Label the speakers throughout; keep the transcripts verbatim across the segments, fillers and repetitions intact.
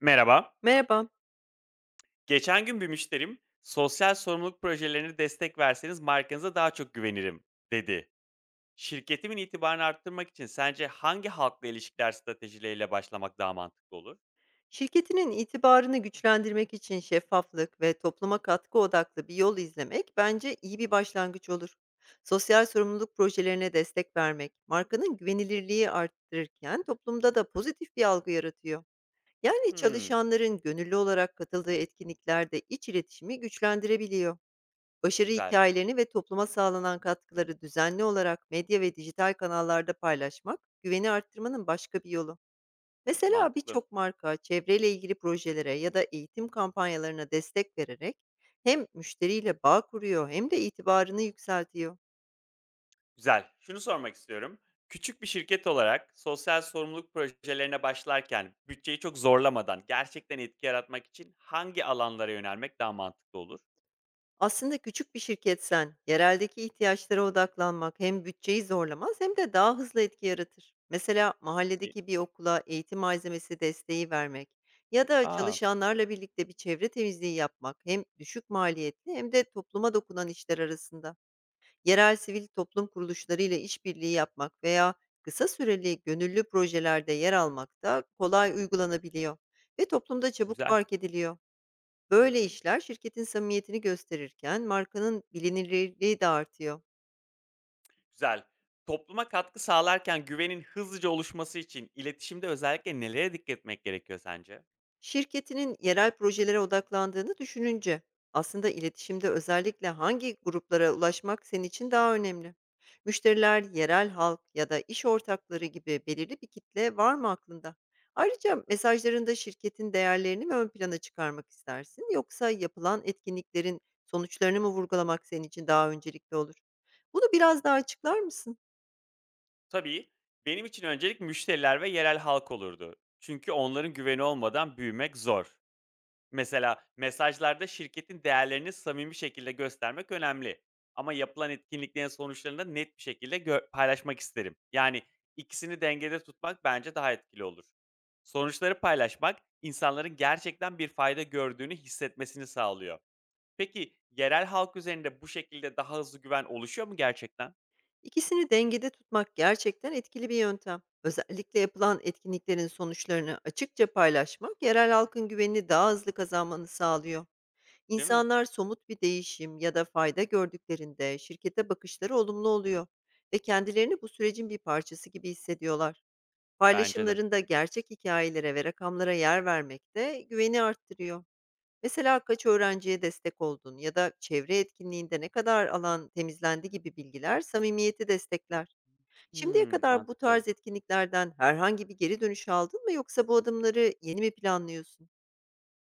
Speaker 1: Merhaba.
Speaker 2: Merhaba.
Speaker 1: Geçen gün bir müşterim, "Sosyal sorumluluk projelerine destek verseniz markanıza daha çok güvenirim," dedi. Şirketimin itibarını arttırmak için sence hangi halkla ilişkiler stratejileriyle başlamak daha mantıklı olur?
Speaker 2: Şirketinin itibarını güçlendirmek için şeffaflık ve topluma katkı odaklı bir yol izlemek bence iyi bir başlangıç olur. Sosyal sorumluluk projelerine destek vermek, markanın güvenilirliği arttırırken toplumda da pozitif bir algı yaratıyor. Yani
Speaker 1: Hmm,
Speaker 2: çalışanların gönüllü olarak katıldığı etkinliklerde iç iletişimi güçlendirebiliyor. Başarı
Speaker 1: güzel,
Speaker 2: hikayelerini ve topluma sağlanan katkıları düzenli olarak medya ve dijital kanallarda paylaşmak, güveni arttırmanın başka bir yolu. Mesela
Speaker 1: mantıklı.
Speaker 2: birçok marka çevreyle ilgili projelere ya da eğitim kampanyalarına destek vererek hem müşteriyle bağ kuruyor hem de itibarını yükseltiyor.
Speaker 1: Güzel. Şunu sormak istiyorum. Küçük bir şirket olarak sosyal sorumluluk projelerine başlarken bütçeyi çok zorlamadan gerçekten etki yaratmak için hangi alanlara yönelmek daha mantıklı olur?
Speaker 2: Aslında küçük bir şirketsen yereldeki ihtiyaçlara odaklanmak hem bütçeyi zorlamaz hem de daha hızlı etki yaratır. Mesela
Speaker 1: E,
Speaker 2: mahalledeki bir okula eğitim malzemesi desteği vermek ya da
Speaker 1: Aa,
Speaker 2: çalışanlarla birlikte bir çevre temizliği yapmak hem düşük maliyetli hem de topluma dokunan işler arasında. Yerel sivil toplum kuruluşları ile işbirliği yapmak veya kısa süreli gönüllü projelerde yer almak da kolay uygulanabiliyor ve toplumda çabuk
Speaker 1: güzel.
Speaker 2: fark ediliyor.
Speaker 1: Hı
Speaker 2: Böyle
Speaker 1: hı.
Speaker 2: işler şirketin samimiyetini gösterirken markanın bilinirliği de artıyor.
Speaker 1: Güzel. Topluma katkı sağlarken güvenin hızlıca oluşması için iletişimde özellikle nelere dikkat etmek gerekiyor sence?
Speaker 2: Şirketinin yerel projelere odaklandığını düşününce aslında iletişimde özellikle hangi gruplara ulaşmak senin için daha önemli? Müşteriler, yerel halk ya da iş ortakları gibi belirli bir kitle var mı aklında? Ayrıca mesajlarında şirketin değerlerini mi ön plana çıkarmak istersin, yoksa yapılan etkinliklerin sonuçlarını mı vurgulamak senin için daha öncelikli olur? Bunu biraz daha açıklar mısın?
Speaker 1: Tabii, benim için öncelik müşteriler ve yerel halk olurdu. Çünkü onların güveni olmadan büyümek zor. Mesela mesajlarda şirketin değerlerini samimi şekilde göstermek önemli. Ama yapılan etkinliklerin sonuçlarını da net bir şekilde gö- paylaşmak isterim. Yani ikisini dengede tutmak bence daha etkili olur. Sonuçları paylaşmak insanların gerçekten bir fayda gördüğünü hissetmesini sağlıyor. Peki, yerel halk üzerinde bu şekilde daha hızlı güven oluşuyor mu gerçekten?
Speaker 2: İkisini dengede tutmak gerçekten etkili bir yöntem. Özellikle yapılan etkinliklerin sonuçlarını açıkça paylaşmak yerel halkın güvenini daha hızlı kazanmanı sağlıyor.
Speaker 1: Değil mi?
Speaker 2: İnsanlar somut bir değişim ya da fayda gördüklerinde şirkete bakışları olumlu oluyor ve kendilerini bu sürecin bir parçası gibi hissediyorlar.
Speaker 1: Bence de.
Speaker 2: Paylaşımlarında gerçek hikayelere ve rakamlara yer vermek de güveni arttırıyor. Mesela kaç öğrenciye destek oldun ya da çevre etkinliğinde ne kadar alan temizlendi gibi bilgiler samimiyeti destekler. Şimdiye
Speaker 1: Hımm,
Speaker 2: kadar bu
Speaker 1: mantıklı.
Speaker 2: tarz etkinliklerden herhangi bir geri dönüş aldın mı, yoksa bu adımları yeni mi planlıyorsun?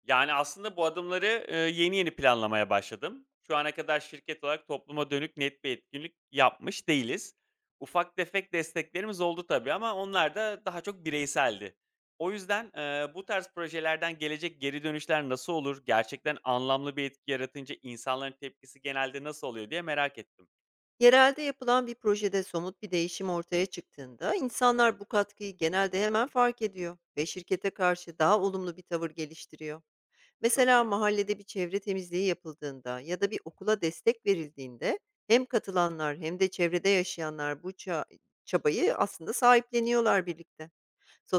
Speaker 1: Yani, aslında bu adımları, eee, yeni yeni planlamaya başladım. Şu ana kadar şirket olarak topluma dönük net bir etkinlik yapmış değiliz. Ufak tefek desteklerimiz oldu tabii, ama onlar da daha çok bireyseldi. O yüzden, eee, bu tarz projelerden gelecek geri dönüşler nasıl olur? Gerçekten anlamlı bir etki yaratınca insanların tepkisi genelde nasıl oluyor diye merak ettim.
Speaker 2: Yerelde yapılan bir projede somut bir değişim ortaya çıktığında insanlar bu katkıyı genelde hemen fark ediyor ve şirkete karşı daha olumlu bir tavır geliştiriyor.
Speaker 1: Çok
Speaker 2: Mesela
Speaker 1: iyi,
Speaker 2: mahallede bir çevre temizliği yapıldığında ya da bir okula destek verildiğinde hem katılanlar hem de çevrede yaşayanlar bu ça- çabayı aslında sahipleniyorlar birlikte.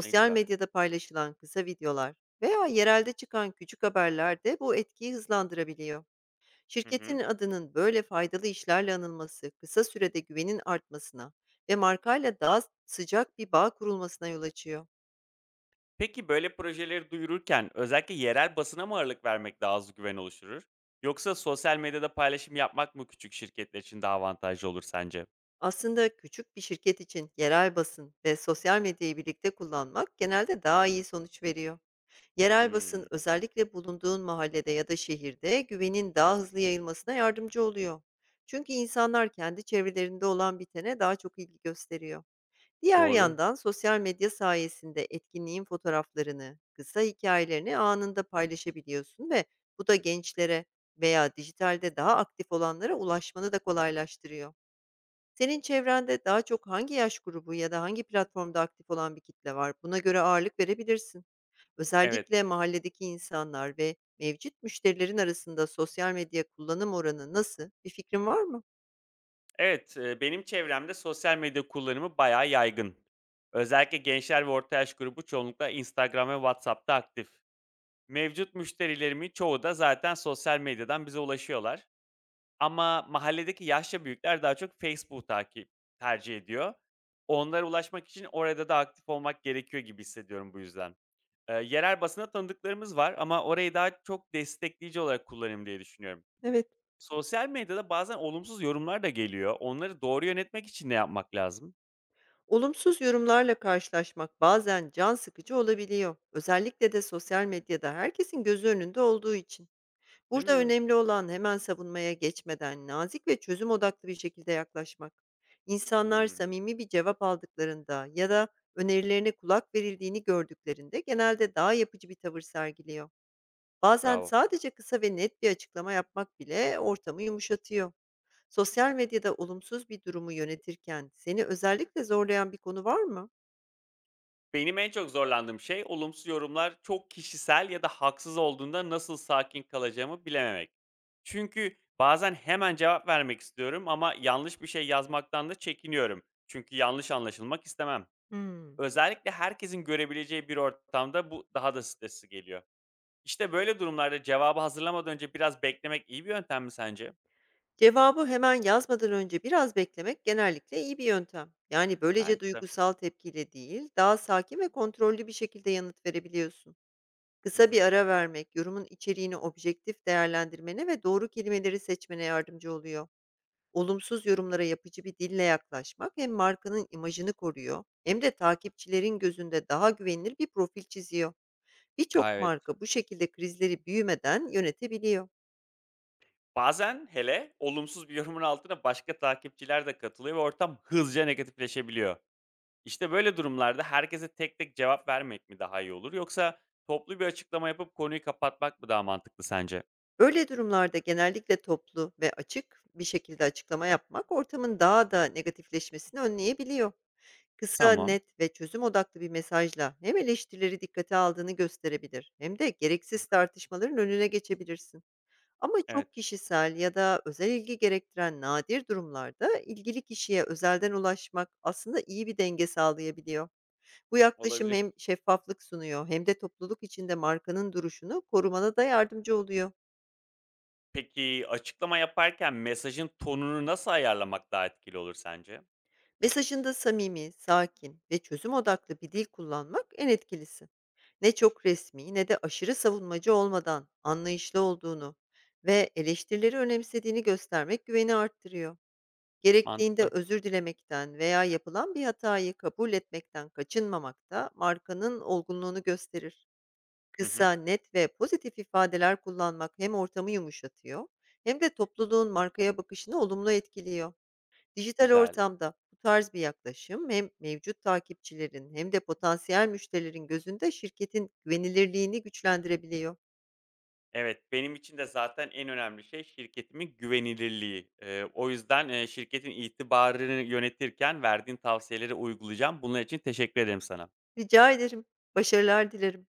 Speaker 1: ne güzel.
Speaker 2: medyada paylaşılan kısa videolar veya yerelde çıkan küçük haberler de bu etkiyi hızlandırabiliyor.
Speaker 1: Hı
Speaker 2: Şirketin
Speaker 1: hı.
Speaker 2: adının böyle faydalı işlerle anılması kısa sürede güvenin artmasına ve markayla daha sıcak bir bağ kurulmasına yol açıyor.
Speaker 1: Peki böyle projeleri duyururken özellikle yerel basına mı ağırlık vermek daha az güven oluşturur? Yoksa sosyal medyada paylaşım yapmak mı küçük şirketler için daha avantajlı olur sence?
Speaker 2: Aslında küçük bir şirket için yerel basın ve sosyal medyayı birlikte kullanmak genelde daha iyi sonuç veriyor. Yerel basın
Speaker 1: Hmm,
Speaker 2: özellikle bulunduğun mahallede ya da şehirde güvenin daha hızlı yayılmasına yardımcı oluyor. Çünkü insanlar kendi çevrelerinde olan bitene daha çok ilgi gösteriyor. Diğer
Speaker 1: doğru.
Speaker 2: yandan sosyal medya sayesinde etkinliğin fotoğraflarını, kısa hikayelerini anında paylaşabiliyorsun ve bu da gençlere veya dijitalde daha aktif olanlara ulaşmanı da kolaylaştırıyor. Senin çevrende daha çok hangi yaş grubu ya da hangi platformda aktif olan bir kitle var? Buna göre ağırlık verebilirsin.
Speaker 1: Evet.
Speaker 2: Özellikle mahalledeki insanlar ve mevcut müşterilerin arasında sosyal medya kullanım oranı nasıl? Bir fikrin var mı?
Speaker 1: Evet, e, benim çevremde sosyal medya kullanımı bayağı yaygın. Özellikle gençler ve orta yaş grubu çoğunlukla Instagram ve WhatsApp'ta aktif. Mevcut müşterilerimin çoğu da zaten sosyal medyadan bize ulaşıyorlar. Ama mahalledeki yaşça büyükler daha çok Facebook takip tercih ediyor. Onlara ulaşmak için orada da aktif olmak gerekiyor gibi hissediyorum bu yüzden. Eee, yerel basına tanıdıklarımız var ama orayı daha çok destekleyici olarak kullanayım diye düşünüyorum.
Speaker 2: Evet.
Speaker 1: Sosyal medyada bazen olumsuz yorumlar da geliyor. Onları doğru yönetmek için ne yapmak lazım?
Speaker 2: Olumsuz yorumlarla karşılaşmak bazen can sıkıcı olabiliyor. Özellikle de sosyal medyada herkesin gözü önünde olduğu için.
Speaker 1: Değil
Speaker 2: Burada
Speaker 1: mi?
Speaker 2: önemli olan hemen savunmaya geçmeden nazik ve çözüm odaklı bir şekilde yaklaşmak. İnsanlar
Speaker 1: Hımm,
Speaker 2: samimi bir cevap aldıklarında ya da önerilerine kulak verildiğini gördüklerinde genelde daha yapıcı bir tavır sergiliyor. Bazen
Speaker 1: bravo.
Speaker 2: sadece kısa ve net bir açıklama yapmak bile ortamı yumuşatıyor. Sosyal medyada olumsuz bir durumu yönetirken seni özellikle zorlayan bir konu var mı?
Speaker 1: Benim en çok zorlandığım şey, olumsuz yorumlar çok kişisel ya da haksız olduğunda nasıl sakin kalacağımı bilememek. Çünkü bazen hemen cevap vermek istiyorum ama yanlış bir şey yazmaktan da çekiniyorum. Çünkü yanlış anlaşılmak istemem.
Speaker 2: Hmm.
Speaker 1: Özellikle herkesin görebileceği bir ortamda bu daha da stresli geliyor. İşte böyle durumlarda cevabı hazırlamadan önce biraz beklemek iyi bir yöntem mi sence?
Speaker 2: Cevabı hemen yazmadan önce biraz beklemek genellikle iyi bir yöntem. Yani böylece
Speaker 1: Bence de.
Speaker 2: duygusal tepkiyle değil, daha sakin ve kontrollü bir şekilde yanıt verebiliyorsun.
Speaker 1: Hı
Speaker 2: Kısa bir
Speaker 1: hı.
Speaker 2: ara vermek, yorumun içeriğini objektif değerlendirmene ve doğru kelimeleri seçmene yardımcı oluyor. Olumsuz yorumlara yapıcı bir dille yaklaşmak hem markanın imajını koruyor hem de takipçilerin gözünde daha güvenilir bir profil çiziyor.
Speaker 1: Aa,
Speaker 2: Birçok
Speaker 1: evet.
Speaker 2: marka bu şekilde krizleri büyümeden yönetebiliyor.
Speaker 1: Bazen hele olumsuz bir yorumun altına başka takipçiler de katılıyor ve ortam hızlıca negatifleşebiliyor. İşte böyle durumlarda herkese tek tek cevap vermek mi daha iyi olur, yoksa toplu bir açıklama yapıp konuyu kapatmak mı daha mantıklı sence?
Speaker 2: Böyle durumlarda genellikle toplu ve açık bir şekilde açıklama yapmak ortamın daha da negatifleşmesini önleyebiliyor. Kısa,
Speaker 1: Tamam.
Speaker 2: net ve çözüm odaklı bir mesajla hem eleştirileri dikkate aldığını gösterebilir hem de
Speaker 1: Hı
Speaker 2: gereksiz
Speaker 1: hı.
Speaker 2: tartışmaların önüne geçebilirsin. Ama
Speaker 1: Evet,
Speaker 2: çok kişisel ya da özel ilgi gerektiren nadir durumlarda ilgili kişiye özelden ulaşmak aslında iyi bir denge sağlayabiliyor. Bu yaklaşım
Speaker 1: olabilir.
Speaker 2: hem şeffaflık sunuyor hem de topluluk içinde markanın duruşunu korumana da yardımcı oluyor.
Speaker 1: Peki açıklama yaparken mesajın tonunu nasıl ayarlamak daha etkili olur sence?
Speaker 2: Mesajında samimi, sakin ve çözüm odaklı bir dil kullanmak en etkilisi. Ne çok resmi ne de aşırı savunmacı olmadan anlayışlı olduğunu ve eleştirileri önemsediğini göstermek güveni arttırıyor. Gerektiğinde
Speaker 1: Mantıklı.
Speaker 2: özür dilemekten veya yapılan bir hatayı kabul etmekten kaçınmamak da markanın olgunluğunu gösterir.
Speaker 1: Hı hı.
Speaker 2: Kısa, net ve pozitif ifadeler kullanmak hem ortamı yumuşatıyor hem de topluluğun markaya bakışını olumlu etkiliyor. Dijital
Speaker 1: Güzel.
Speaker 2: ortamda bu tarz bir yaklaşım hem mevcut takipçilerin hem de potansiyel müşterilerin gözünde şirketin güvenilirliğini güçlendirebiliyor.
Speaker 1: Evet, benim için de zaten en önemli şey şirketimin güvenilirliği. Eee, o yüzden, eee, şirketin itibarını yönetirken verdiğin tavsiyeleri uygulayacağım. Bunlar için teşekkür ederim sana.
Speaker 2: Rica ederim. Başarılar dilerim.